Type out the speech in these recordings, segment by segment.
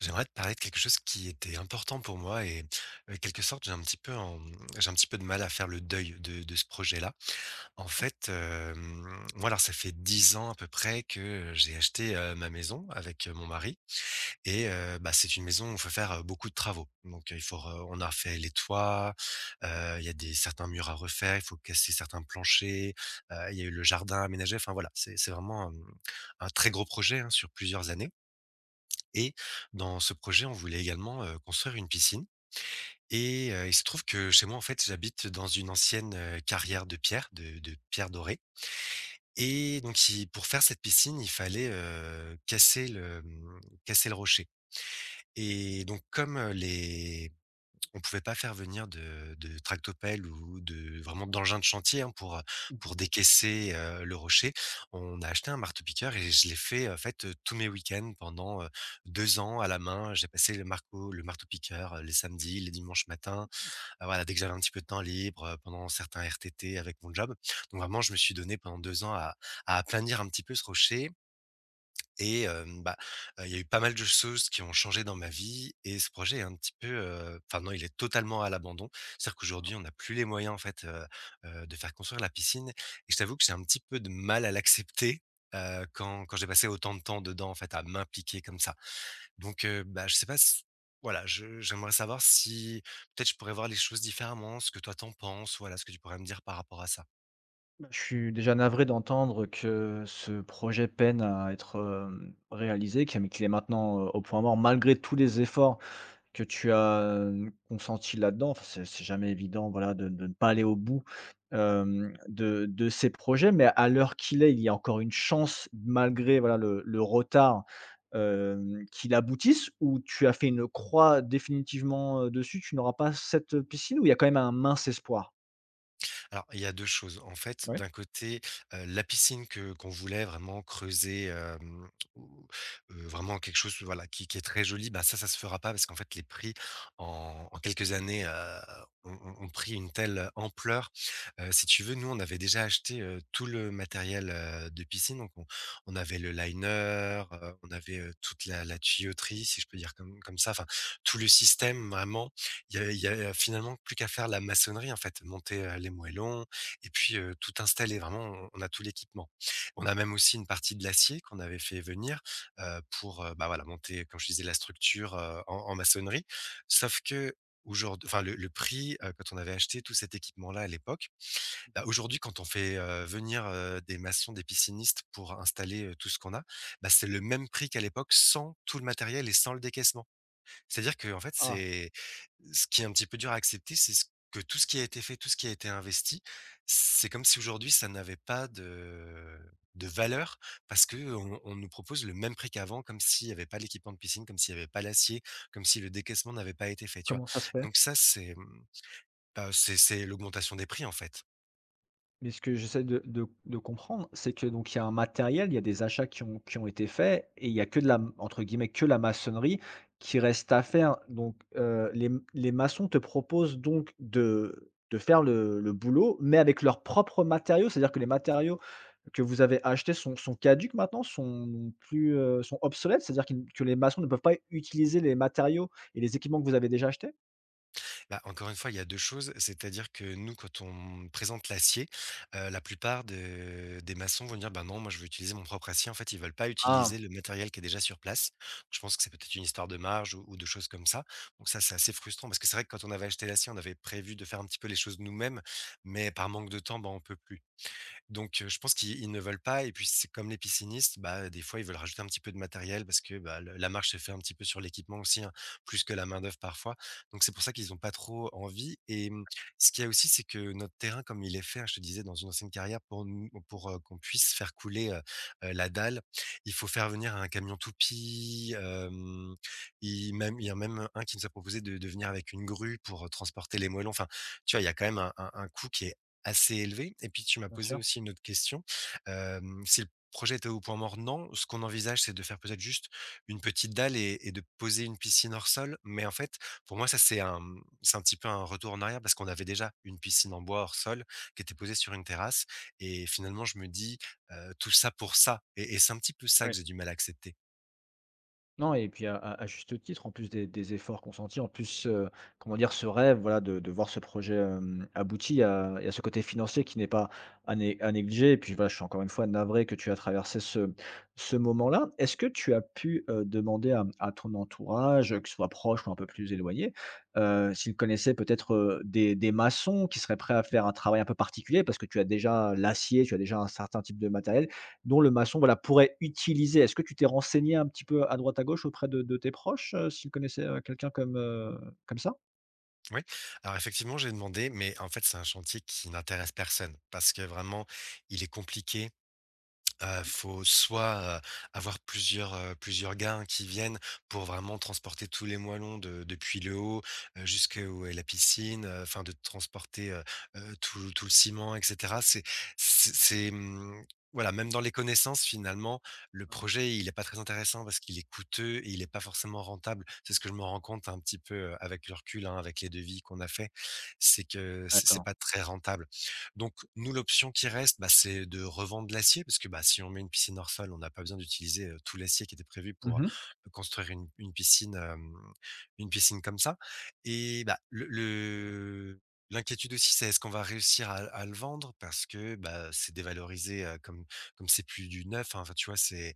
J'aimerais te parler de quelque chose qui était important pour moi et quelque sorte, j'ai un petit peu de mal à faire le deuil de ce projet-là. En fait, moi, alors ça fait 10 ans à peu près que, j'ai acheté, ma maison avec, mon mari et bah, c'est une maison où il faut faire, beaucoup de travaux. Donc, il faut re on a refait les toits, il y a des certains murs à refaire, il faut casser certains planchers, il y a eu le jardin aménagé, enfin voilà, c'est vraiment, un très gros projet, hein, sur plusieurs années et dans ce projet, on voulait également, construire une piscine et il se trouve que chez moi, en fait, j'habite dans une ancienne, carrière de pierre, de pierre dorée et donc il pour faire cette piscine, il fallait, casser le, casser le rocher et donc comme, les on pouvait pas faire venir de tractopelles ou de vraiment d'engins de chantier, hein, Mmh. pour décaisser, le rocher. On a acheté un marteau-piqueur et je l'ai fait, en fait, tous mes week-ends pendant, 2 ans à la main. J'ai passé le marteau-piqueur, les samedis, les dimanches matins. Voilà, dès que j'avais un petit peu de temps libre, pendant certains RTT avec mon job. Donc vraiment, je me suis donné pendant 2 ans à aplanir un petit peu ce rocher et bah, il y a eu pas mal de choses qui ont changé dans ma vie et ce projet est un petit peu, enfin non, il est totalement à l'abandon. C'est-à-dire qu'aujourd'hui, on n'a plus les moyens en fait, de faire construire la piscine et je t'avoue que j'ai un petit peu de mal à l'accepter, quand j'ai passé autant de temps dedans en fait, à m'impliquer comme ça. Donc bah, je sais pas s voilà, je j'aimerais savoir si peut-être je pourrais voir les choses différemment, ce que toi t'en penses, voilà, ce que tu pourrais me dire par rapport à ça? Bah, je suis déjà navré d'entendre que ce projet peine à être, réalisé, qu'il est maintenant, au point mort malgré tous les efforts que tu as, consentis là-dedans. Enfin, c'est jamais évident, voilà, de ne pas aller au bout, hem, de ces projets. Mais à l'heure qu'il est, il y a encore une chance malgré, voilà, le retard, qu'il aboutisse ou tu as fait une croix définitivement, dessus? Tu n'auras pas cette piscine ou il y a quand même un mince espoir? Alors, il y a 2 choses. En fait, Ouais. d'un côté, la piscine que qu'on voulait vraiment creuser, ou, vraiment quelque chose, voilà, qui est très joli, bah, ça se fera pas parce qu'en fait les prix en quelques années, ont pris une telle ampleur. Si tu veux, nous, on avait déjà acheté, tout le matériel, de piscine. Donc on avait le liner, on avait, toute la tuyauterie, si je peux dire comme ça, enfin tout le système vraiment il y a finalement plus qu'à faire la maçonnerie en fait, monter, les moellons et puis, tout installer. Vraiment, on a tout l'équipement. On a même aussi une partie de l'acier qu'on avait fait venir, pour, bah, voilà, monter, comme je disais, la structure, en en maçonnerie. Sauf que aujourd'hui, enfin, le prix, quand on avait acheté tout cet équipement-là à l'époque, bah, aujourd'hui, quand on fait, venir, des maçons, des piscinistes pour installer, tout ce qu'on a, bah, c'est le même prix qu'à l'époque sans tout le matériel et sans le décaissement. C'est-à-dire que en fait, Ah, c'est ce qui est un petit peu dur à accepter, c'est ce que tout ce qui a été fait, tout ce qui a été investi, c'est comme si aujourd'hui ça n'avait pas de valeur parce que on nous propose le même prix qu'avant, comme s'il n'y avait pas l'équipement de piscine, comme s'il n'y avait pas l'acier, comme si le décaissement n'avait pas été fait, tu vois? comment ça se fait? Donc ça, c'est, bah, c'est l'augmentation des prix, en fait. Mais ce que j'essaie de comprendre, c'est que donc il y a un matériel, il y a des achats qui ont été faits et il y a que de la entre guillemets «que la maçonnerie» qui reste à faire. Donc, les maçons te proposent donc de faire le boulot, mais avec leurs propres matériaux? C'est-à-dire que les matériaux que vous avez achetés sont caducs maintenant? Sont plus, sont obsolètes? C'est-à-dire qu'ils que les maçons ne peuvent pas utiliser les matériaux et les équipements que vous avez déjà achetés? Bah, encore une fois, il y a 2 choses, c'est-à-dire que nous, quand on présente l'acier, la plupart de des maçons vont dire: «Bah, non, moi, je veux utiliser mon propre acier». En fait, ils veulent pas Ah, utiliser le matériel qui est déjà sur place. Je pense que c'est peut-être une histoire de marge ou de choses comme ça. Donc ça, c'est assez frustrant parce que c'est vrai que quand on avait acheté l'acier, on avait prévu de faire un petit peu les choses nous-mêmes, mais par manque de temps, bah, on peut plus. Donc, je pense qu'ils ne veulent pas et puis c'est comme les piscinistes, bah, des fois ils veulent rajouter un petit peu de matériel parce que, bah, le la marche se fait un petit peu sur l'équipement aussi, hein, plus que la main-d'œuvre parfois. Donc c'est pour ça qu'ils ont pas trop envie et ce qu'il y a aussi, c'est que notre terrain, comme il est fait, hein, je te disais dans une ancienne carrière pour nous pour, qu'on puisse faire couler, la dalle, il faut faire venir un camion toupie, il y a même un qui nous a proposé de venir avec une grue pour, transporter les moellons. Enfin, tu vois, il y a quand même un coût qui est assez élevé et puis tu m'as bien posé sûr. aussi une autre question, si le projet était au point mort, non. Ce qu'on envisage, c'est de faire peut-être juste une petite dalle et de poser une piscine hors sol, mais en fait, pour moi, ça, c'est un, c'est un petit peu un retour en arrière parce qu'on avait déjà une piscine en bois hors sol qui était posée sur une terrasse et finalement, je me dis, «Tout ça pour ça» et c'est un petit peu ça que Oui. j'ai du mal à accepter. Non et puis à à juste titre, en plus des efforts consentis, en plus, comment dire? Ce rêve, voilà, de voir ce projet, abouti, il y a ce côté financier qui n'est pas à né à négliger et puis voilà, je suis encore une fois navré que tu as traversé ce moment-là. Est-ce que tu as pu, demander à ton entourage, que ce soit proche ou un peu plus éloigné, s'ils connaissaient peut-être, des maçons qui seraient prêts à faire un travail un peu particulier? Parce que tu as déjà l'acier, tu as déjà un certain type de matériel dont le maçon, voilà, pourrait utiliser. Est-ce que tu t'es renseigné un petit peu à droite, à gauche auprès de tes proches, s'ils connaissaient, quelqu'un comme, comme ça? Oui, alors effectivement, j'ai demandé, mais en fait, c'est un chantier qui n'intéresse personne parce que vraiment, il est compliqué. Faut soit, avoir plusieurs, plusieurs gars hein, qui viennent pour vraiment transporter tous les moellons de depuis le haut, jusqu'où est la piscine, enfin de transporter, tout le ciment et cetera. C'est c'est, mmh, voilà, même dans les connaissances finalement, le Ouais, projet il est pas très intéressant parce qu'il est coûteux et il est pas forcément rentable. C'est ce que je me rends compte un petit peu, avec le recul, hein, avec les devis qu'on a fait, c'est que c'est d'accord. pas très rentable. Donc nous, l'option qui reste, bah, c'est de revendre l'acier parce que, bah, si on met une piscine hors sol, on n'a pas besoin d'utiliser, tout l'acier qui était prévu pour, Mmh mh. construire une piscine, une piscine comme ça et bah, le l'inquiétude aussi, c'est est-ce qu'on va réussir à le vendre? Parce que, bah, c'est dévalorisé, comme comme c'est plus du neuf, hein, enfin, tu vois? C'est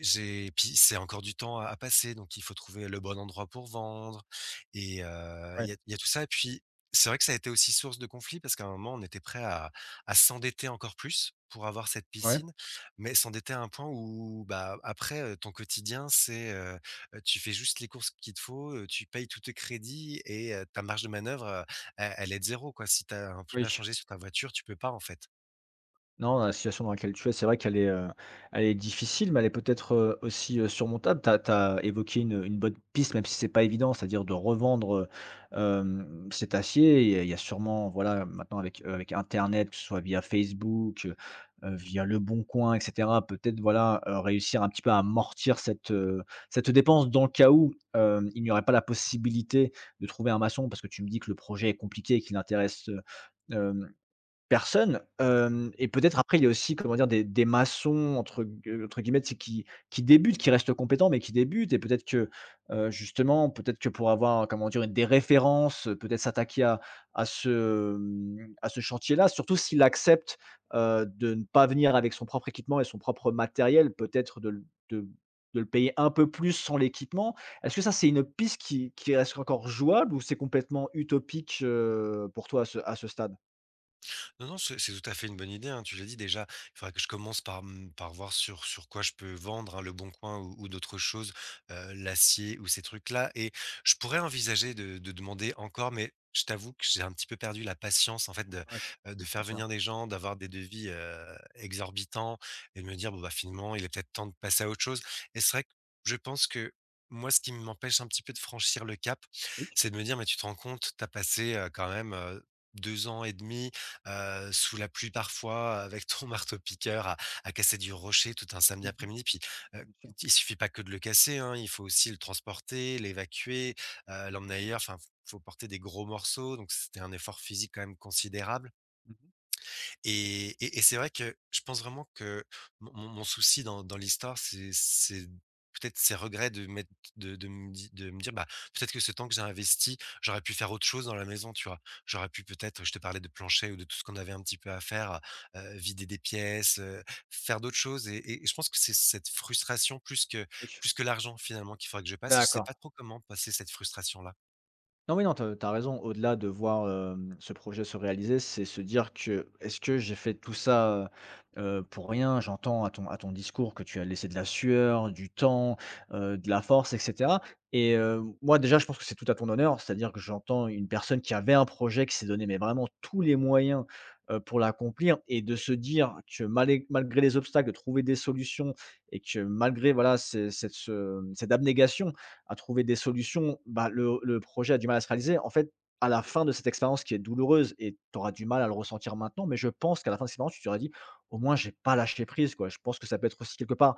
J'ai puis c'est encore du temps à passer, donc il faut trouver le bon endroit pour vendre et il y Ouais, a tout ça et puis c'est vrai que ça a été aussi source de conflit parce qu'à un moment, on était prêt à s'endetter encore plus pour avoir cette ouais, piscine, mais s'endetter à un point où, bah, après, ton quotidien, c'est, tu fais juste les courses qu'il te faut, tu payes tous tes crédits et ta marge de manœuvre, elle est de 0 quoi. Si tu as un pneu à oui. changer sur ta voiture, tu peux pas, en fait. Non, la situation dans laquelle tu es, c'est vrai qu'elle est, elle est difficile, mais elle est peut-être, aussi, surmontable. Tu as évoqué une bonne piste, même si c'est pas évident, c'est-à-dire de revendre, cet acier. Il y a sûrement, voilà, maintenant avec, avec internet, que ce soit via Facebook, via Le Bon Coin, et cetera, peut-être, voilà, réussir un petit peu à amortir cette, cette dépense dans le cas où, il n'y aurait pas la possibilité de trouver un maçon. Parce que tu me dis que le projet est compliqué et qu'il intéresse, personne, hem et peut-être après il y a aussi comment dire? Des maçons entre gue entre guillemets, tu qui débutent, qui restent compétents, mais qui débutent et peut-être que, justement, peut-être que pour avoir comment dire? Des références, peut-être s'attaquer à ce, à ce chantier-là, surtout s'il accepte, de ne pas venir avec son propre équipement et son propre matériel, peut-être de le de le payer un peu plus sans l'équipement. Est-ce que ça, c'est une piste qui reste encore jouable ou c'est complètement utopique, pour toi à ce stade? Non, non, c'est tout à fait une bonne idée, hein, tu l'as dit déjà. Il faudrait que je commence par, par voir sur, sur quoi je peux vendre, hein, Le Bon Coin ou d'autres choses, l'acier ou ces trucs-là. Et je pourrais envisager de demander encore, mais je t'avoue que j'ai un petit peu perdu la patience, en fait, Oui, de faire bien sûr. venir des gens, d'avoir des devis exorbitants et de me dire, bon, bah, finalement, il est peut-être temps de passer à autre chose. Et c'est vrai que je pense que. Moi, ce qui m'empêche un petit peu de franchir le cap, Oui. c'est de me dire, mais tu te rends compte, tu as passé quand même 2 ans et demi sous la pluie parfois, avec ton marteau-piqueur à casser du rocher tout un samedi Mmh. après-midi. Puis, heu, Bien sûr. il suffit pas que de le casser, hein, il faut aussi le transporter, l'évacuer, l'emmener ailleurs. Enfin, faut porter des gros morceaux, donc c'était un effort physique quand même considérable. Mmh. Et c'est vrai que je pense vraiment que mon souci dans l'histoire, c'est peut-être ces regrets de m'être de me di de me dire: «Bah, peut-être que ce temps que j'ai investi, j'aurais pu faire autre chose dans la maison», tu vois? J'aurais pu peut-être Je te parlais de plancher ou de tout ce qu'on avait un petit peu à faire, vider des pièces, faire d'autres choses et je pense que c'est cette frustration Oui. plus que l'argent finalement qu'il faudrait que je passe et je sais D'accord. pas trop comment passer cette frustration-là. Non, oui, non, t'as as raison. Au-delà de voir, ce projet se réaliser, c'est se dire que: «Est-ce que j'ai fait tout ça, pour rien?» J'entends à ton discours que tu as laissé de la sueur, du temps, de la force et cetera et moi, déjà, je pense que c'est tout à ton honneur, c'est-à-dire que j'entends une personne qui avait un projet, qui s'est donné, mais vraiment tous les moyens, pour l'accomplir et de se dire que malé malgré les obstacles, de trouver des solutions et que malgré, voilà, ce cette, cette abnégation à trouver des solutions, bah, le projet a du mal à se réaliser. En fait, à la fin de cette expérience qui est douloureuse et tu auras du mal à le ressentir maintenant, mais je pense qu'à la fin de cette expérience, tu t'aurais dit: «Au moins, j'ai pas lâché prise, quoi». Je pense que ça peut être aussi quelque part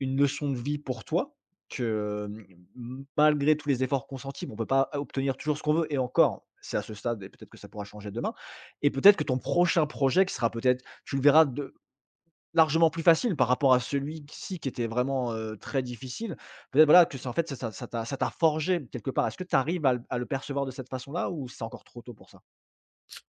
une leçon de vie pour toi que, mmh, malgré tous les efforts consentis, bon, on peut pas obtenir toujours ce qu'on veut et encore, c'est à ce stade et peut-être que ça pourra changer demain et peut-être que ton prochain projet qui sera peut-être tu le verras de largement plus facile par rapport à celui-ci qui était vraiment, très difficile. Peut-être voilà que ça en fait ça t'a forgé quelque part. Est-ce que tu arrives à le percevoir de cette façon-là ou c'est encore trop tôt pour ça?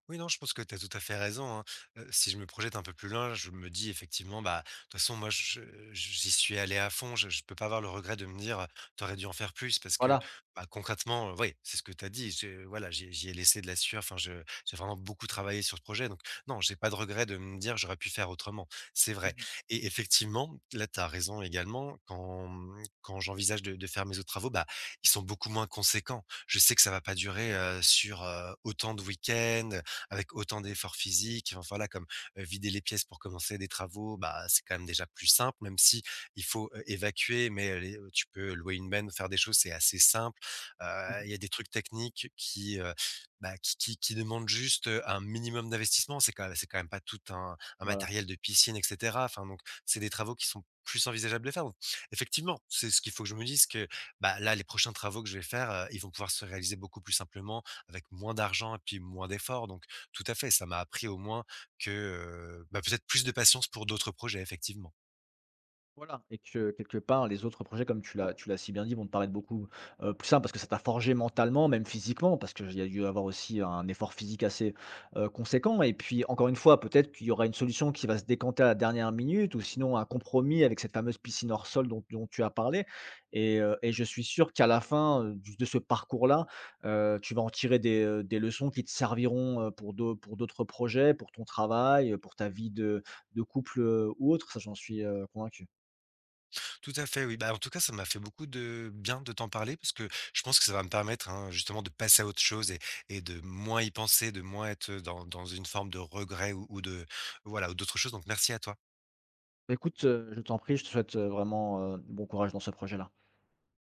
Oui, non, je pense que tu as tout à fait raison, hein. Si je me projette un peu plus loin, je me dis effectivement, bah, de toute façon, moi, je j'y suis allé à fond, je peux pas avoir le regret de me dire, t'aurais dû en faire plus» parce que, Voilà. bah, concrètement, oui, c'est ce que tu as dit, je voilà, j'y ai laissé de la sueur, enfin, je j'ai vraiment beaucoup travaillé sur ce projet donc non, j'ai pas de regret de me dire: «J'aurais pu faire autrement», c'est Mmh vrai mh. et effectivement, là, tu as raison également quand, quand j'envisage de faire mes autres travaux, bah, ils sont beaucoup moins conséquents. Je sais que ça va pas durer, sur, autant de week-ends, avec autant d'efforts physiques, enfin voilà, comme, vider les pièces pour commencer des travaux, bah, c'est quand même déjà plus simple, même si il faut, évacuer, mais allez, tu peux louer une benne, faire des choses, c'est assez simple. Heu, Mmh. il y a des trucs techniques qui, bah, qui demandent juste, un minimum d'investissement. C'est quand même pas tout un Voilà. matériel de piscine et cetera. Enfin donc, c'est des travaux qui sont plus envisageables de faire. Donc effectivement, c'est ce qu'il faut que je me dise que, bah, là, les prochains travaux que je vais faire, ils vont pouvoir se réaliser beaucoup plus simplement avec moins d'argent et puis moins d'efforts. Donc tout à fait, ça m'a appris au moins que, bah, peut-être plus de patience pour d'autres projets effectivement. Voilà et que quelque part les autres projets comme tu l'as si bien dit vont te paraître beaucoup, plus ça parce que ça t'a forgé mentalement, même physiquement parce qu'il y a dû avoir aussi un effort physique assez, conséquent et puis encore une fois, peut-être qu'il y aura une solution qui va se décanter à la dernière minute ou sinon un compromis avec cette fameuse piscine hors sol dont tu as parlé et je suis sûr qu'à la fin, du de ce parcours-là, tu vas en tirer des leçons qui te serviront, pour d'autres projets, pour ton travail, pour ta vie de couple, ou autre, ça j'en suis, convaincu. Tout à fait oui, bah, en tout cas ça m'a fait beaucoup de bien de t'en parler parce que je pense que ça va me permettre, hein, justement de passer à autre chose et de moins y penser, de moins être, dans une forme de regret ou de voilà ou d'autres choses donc merci à toi. Bah, écoute, je t'en prie, je te souhaite, vraiment, bon courage dans ce projet-là.